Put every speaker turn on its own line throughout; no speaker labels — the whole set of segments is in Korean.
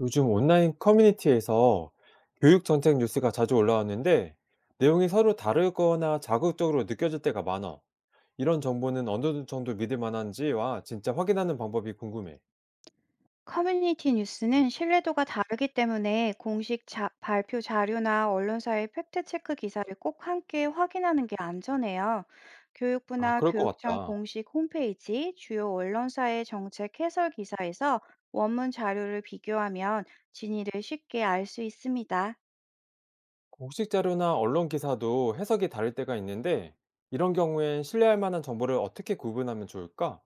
요즘 온라인 커뮤니티에서 교육 정책 뉴스가 자주 올라왔는데 내용이 서로 다르거나 자극적으로 느껴질 때가 많아. 이런 정보는 어느 정도 믿을 만한지와 진짜 확인하는 방법이 궁금해.
커뮤니티 뉴스는 신뢰도가 다르기 때문에 공식 발표 자료나 언론사의 팩트체크 기사를 꼭 함께 확인하는 게 안전해요.
아,
교육부나
그럴 것
교육청
같다.
공식 홈페이지, 주요 언론사의 정책 해설 기사에서 원문 자료를 비교하면 진위를 쉽게 알 수 있습니다.
공식 자료나 언론 기사도 해석이 다를 때가 있는데 이런 경우엔 신뢰할 만한 정보를 어떻게 구분하면 좋을까?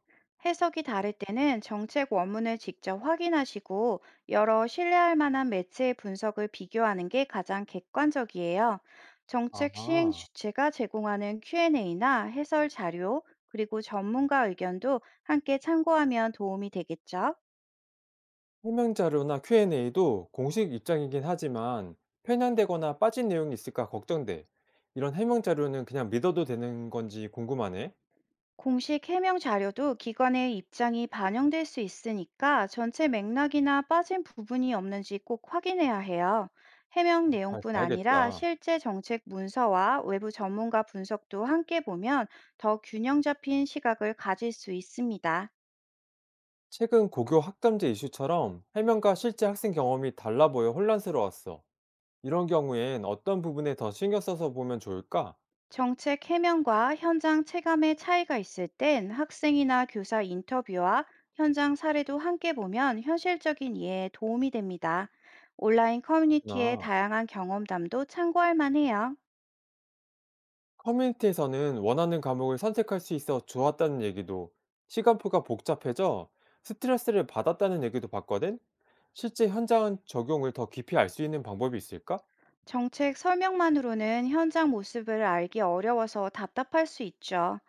해석이 다를 때는 정책 원문을 직접 확인하시고 여러 신뢰할 만한 매체의 분석을 비교하는 게 가장 객관적이에요. 정책 시행
아,
주체가 제공하는 Q&A나 해설 자료, 그리고 전문가 의견도 함께 참고하면 도움이 되겠죠.
설명 자료나 Q&A도 공식 입장이긴 하지만 편향되거나 빠진 내용이 있을까 걱정돼. 이런 해명 자료는 그냥 믿어도 되는 건지 궁금하네.
공식 해명 자료도 기관의 입장이 반영될 수 있으니까 전체 맥락이나 빠진 부분이 없는지 꼭 확인해야 해요. 해명
잘
내용뿐 아니라
봐야겠다.
실제 정책 문서와 외부 전문가 분석도 함께 보면 더 균형 잡힌 시각을 가질 수 있습니다.
최근 고교 학점제 이슈처럼 해명과 실제 학생 경험이 달라 보여 혼란스러웠어. 이런 경우엔 어떤 부분에 더 신경 써서 보면 좋을까?
정책 해명과 현장 체감의 차이가 있을 땐 학생이나 교사 인터뷰와 현장 사례도 함께 보면 현실적인 이해에 도움이 됩니다. 온라인 커뮤니티의
그렇구나.
다양한 경험담도 참고할 만해요.
커뮤니티에서는 원하는 과목을 선택할 수 있어 좋았다는 얘기도, 시간표가 복잡해져 스트레스를 받았다는 얘기도 봤거든? 실제 현장 적용을 더 깊이 알 수 있는 방법이 있을까?
정책 설명만으로는 현장 모습을 알기 어려워서 답답할 수 있죠.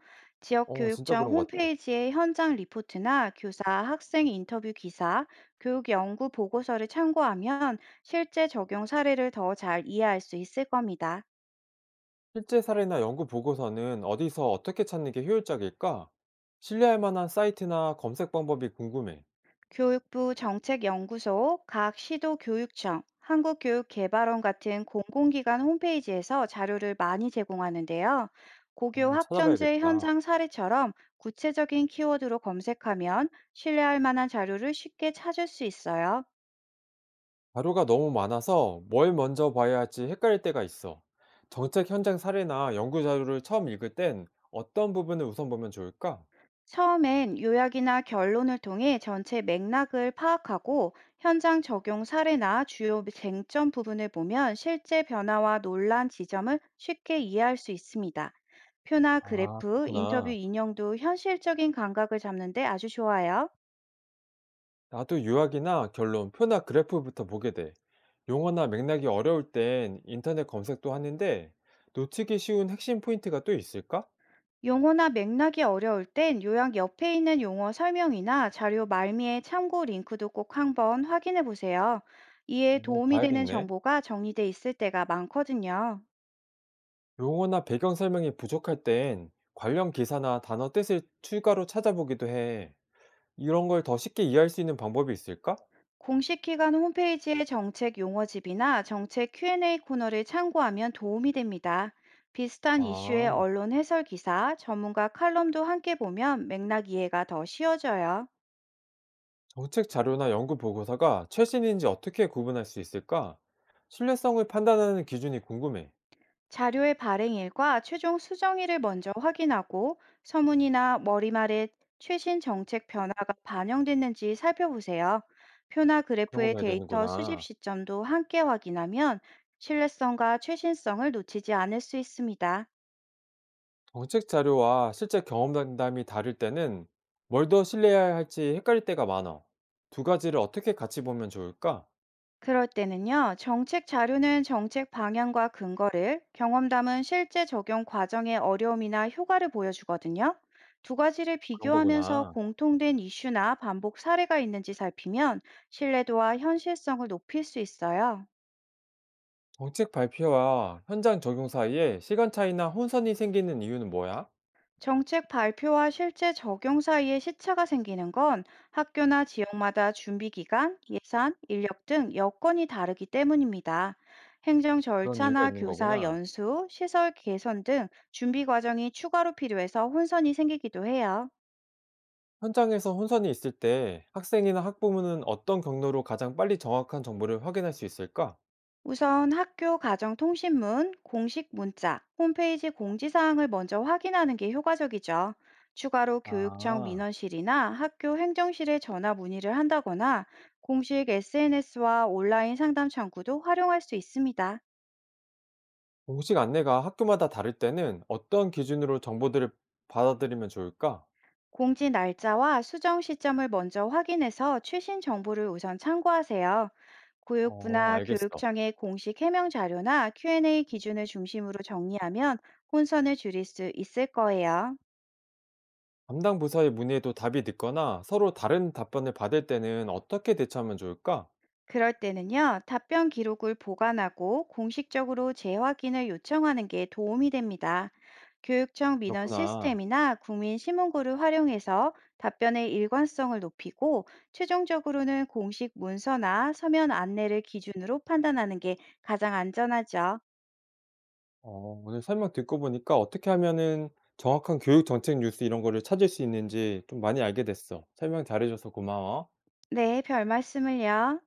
어, 진짜
지역교육청
그런 것 같아.
홈페이지에 현장 리포트나 교사, 학생 인터뷰 기사, 교육 연구 보고서를 참고하면 실제 적용 사례를 더 잘 이해할 수 있을 겁니다.
실제 사례나 연구 보고서는 어디서 어떻게 찾는 게 효율적일까? 신뢰할 만한 사이트나 검색 방법이 궁금해.
교육부 정책연구소, 각 시도교육청, 한국교육개발원 같은 공공기관 홈페이지에서 자료를 많이 제공하는데요.
어,
고교
한번
학점제
찾아봐야겠다.
현장 사례처럼 구체적인 키워드로 검색하면 신뢰할 만한 자료를 쉽게 찾을 수 있어요.
자료가 너무 많아서 뭘 먼저 봐야 할지 헷갈릴 때가 있어. 정책 현장 사례나 연구 자료를 처음 읽을 땐 어떤 부분을 우선 보면 좋을까?
처음엔 요약이나 결론을 통해 전체 맥락을 파악하고 현장 적용 사례나 주요 쟁점 부분을 보면 실제 변화와 논란 지점을 쉽게 이해할 수 있습니다. 표나
아,
그래프, 인터뷰
그렇구나.
인형도 현실적인 감각을 잡는데 아주 좋아요.
나도 요약이나 결론, 표나 그래프부터 보게 돼. 용어나 맥락이 어려울 땐 인터넷 검색도 하는데 놓치기 쉬운 핵심 포인트가 또 있을까?
용어나 맥락이 어려울 땐 요약 옆에 있는 용어 설명이나 자료 말미에 참고 링크도 꼭 한번 확인해 보세요. 이에
어,
도움이 되는
봐야겠네.
정보가 정리돼 있을 때가 많거든요.
용어나 배경 설명이 부족할 땐 관련 기사나 단어 뜻을 추가로 찾아보기도 해. 이런 걸 더 쉽게 이해할 수 있는 방법이 있을까?
공식 기관 홈페이지의 정책 용어집이나 정책 Q&A 코너를 참고하면 도움이 됩니다. 비슷한 이슈의
아,
언론 해설 기사, 전문가 칼럼도 함께 보면 맥락 이해가 더 쉬워져요.
정책 자료나 연구 보고서가 최신인지 어떻게 구분할 수 있을까? 신뢰성을 판단하는 기준이 궁금해.
자료의 발행일과 최종 수정일을 먼저 확인하고 서문이나 머리말에 최신 정책 변화가 반영됐는지 살펴보세요. 표나
그런 거
그래프의
봐야
데이터 수집
되는구나.
시점도 함께 확인하면 신뢰성과 최신성을 놓치지 않을 수 있습니다.
정책 자료와 실제 경험담이 다를 때는 뭘 더 신뢰해야 할지 헷갈릴 때가 많아. 두 가지를 어떻게 같이 보면 좋을까?
그럴 때는요, 정책 자료는 정책 방향과 근거를, 경험담은 실제 적용 과정의 어려움이나 효과를 보여주거든요. 두 가지를
그런
비교하면서
거구나.
공통된 이슈나 반복 사례가 있는지 살피면 신뢰도와 현실성을 높일 수 있어요.
정책 발표와 현장 적용 사이에 시간 차이나 혼선이 생기는 이유는 뭐야?
정책 발표와 실제 적용 사이에 시차가 생기는 건 학교나 지역마다 준비 기간, 예산, 인력 등 여건이 다르기 때문입니다. 행정
그런 이유가
절차나
있는
교사
거구나.
연수, 시설 개선 등 준비 과정이 추가로 필요해서 혼선이 생기기도 해요.
현장에서 혼선이 있을 때 학생이나 학부모는 어떤 경로로 가장 빨리 정확한 정보를 확인할 수 있을까?
우선 학교 가정통신문, 공식 문자, 홈페이지 공지사항을 먼저 확인하는 게 효과적이죠. 추가로 교육청
아,
민원실이나 학교 행정실에 전화 문의를 한다거나 공식 SNS와 온라인 상담 창구도 활용할 수 있습니다.
공식 안내가 학교마다 다를 때는 어떤 기준으로 정보들을 받아들이면 좋을까?
공지 날짜와 수정 시점을 먼저 확인해서 최신 정보를 우선 참고하세요.
어,
교육부나
알겠어.
교육청의 공식 해명 자료나 Q&A 기준을 중심으로 정리하면 혼선을 줄일 수 있을 거예요.
담당 부서에 문의해도 답이 늦거나 서로 다른 답변을 받을 때는 어떻게 대처하면 좋을까?
그럴 때는요, 답변 기록을 보관하고 공식적으로 재확인을 요청하는 게 도움이 됩니다. 교육청 민원
그렇구나.
시스템이나 국민신문고를 활용해서 답변의 일관성을 높이고, 최종적으로는 공식 문서나 서면 안내를 기준으로 판단하는 게 가장 안전하죠.
어, 오늘 설명 듣고 보니까 어떻게 하면은 정확한 교육 정책 뉴스 이런 거를 찾을 수 있는지 좀 많이 알게 됐어. 설명 잘해줘서 고마워.
네, 별 말씀을요.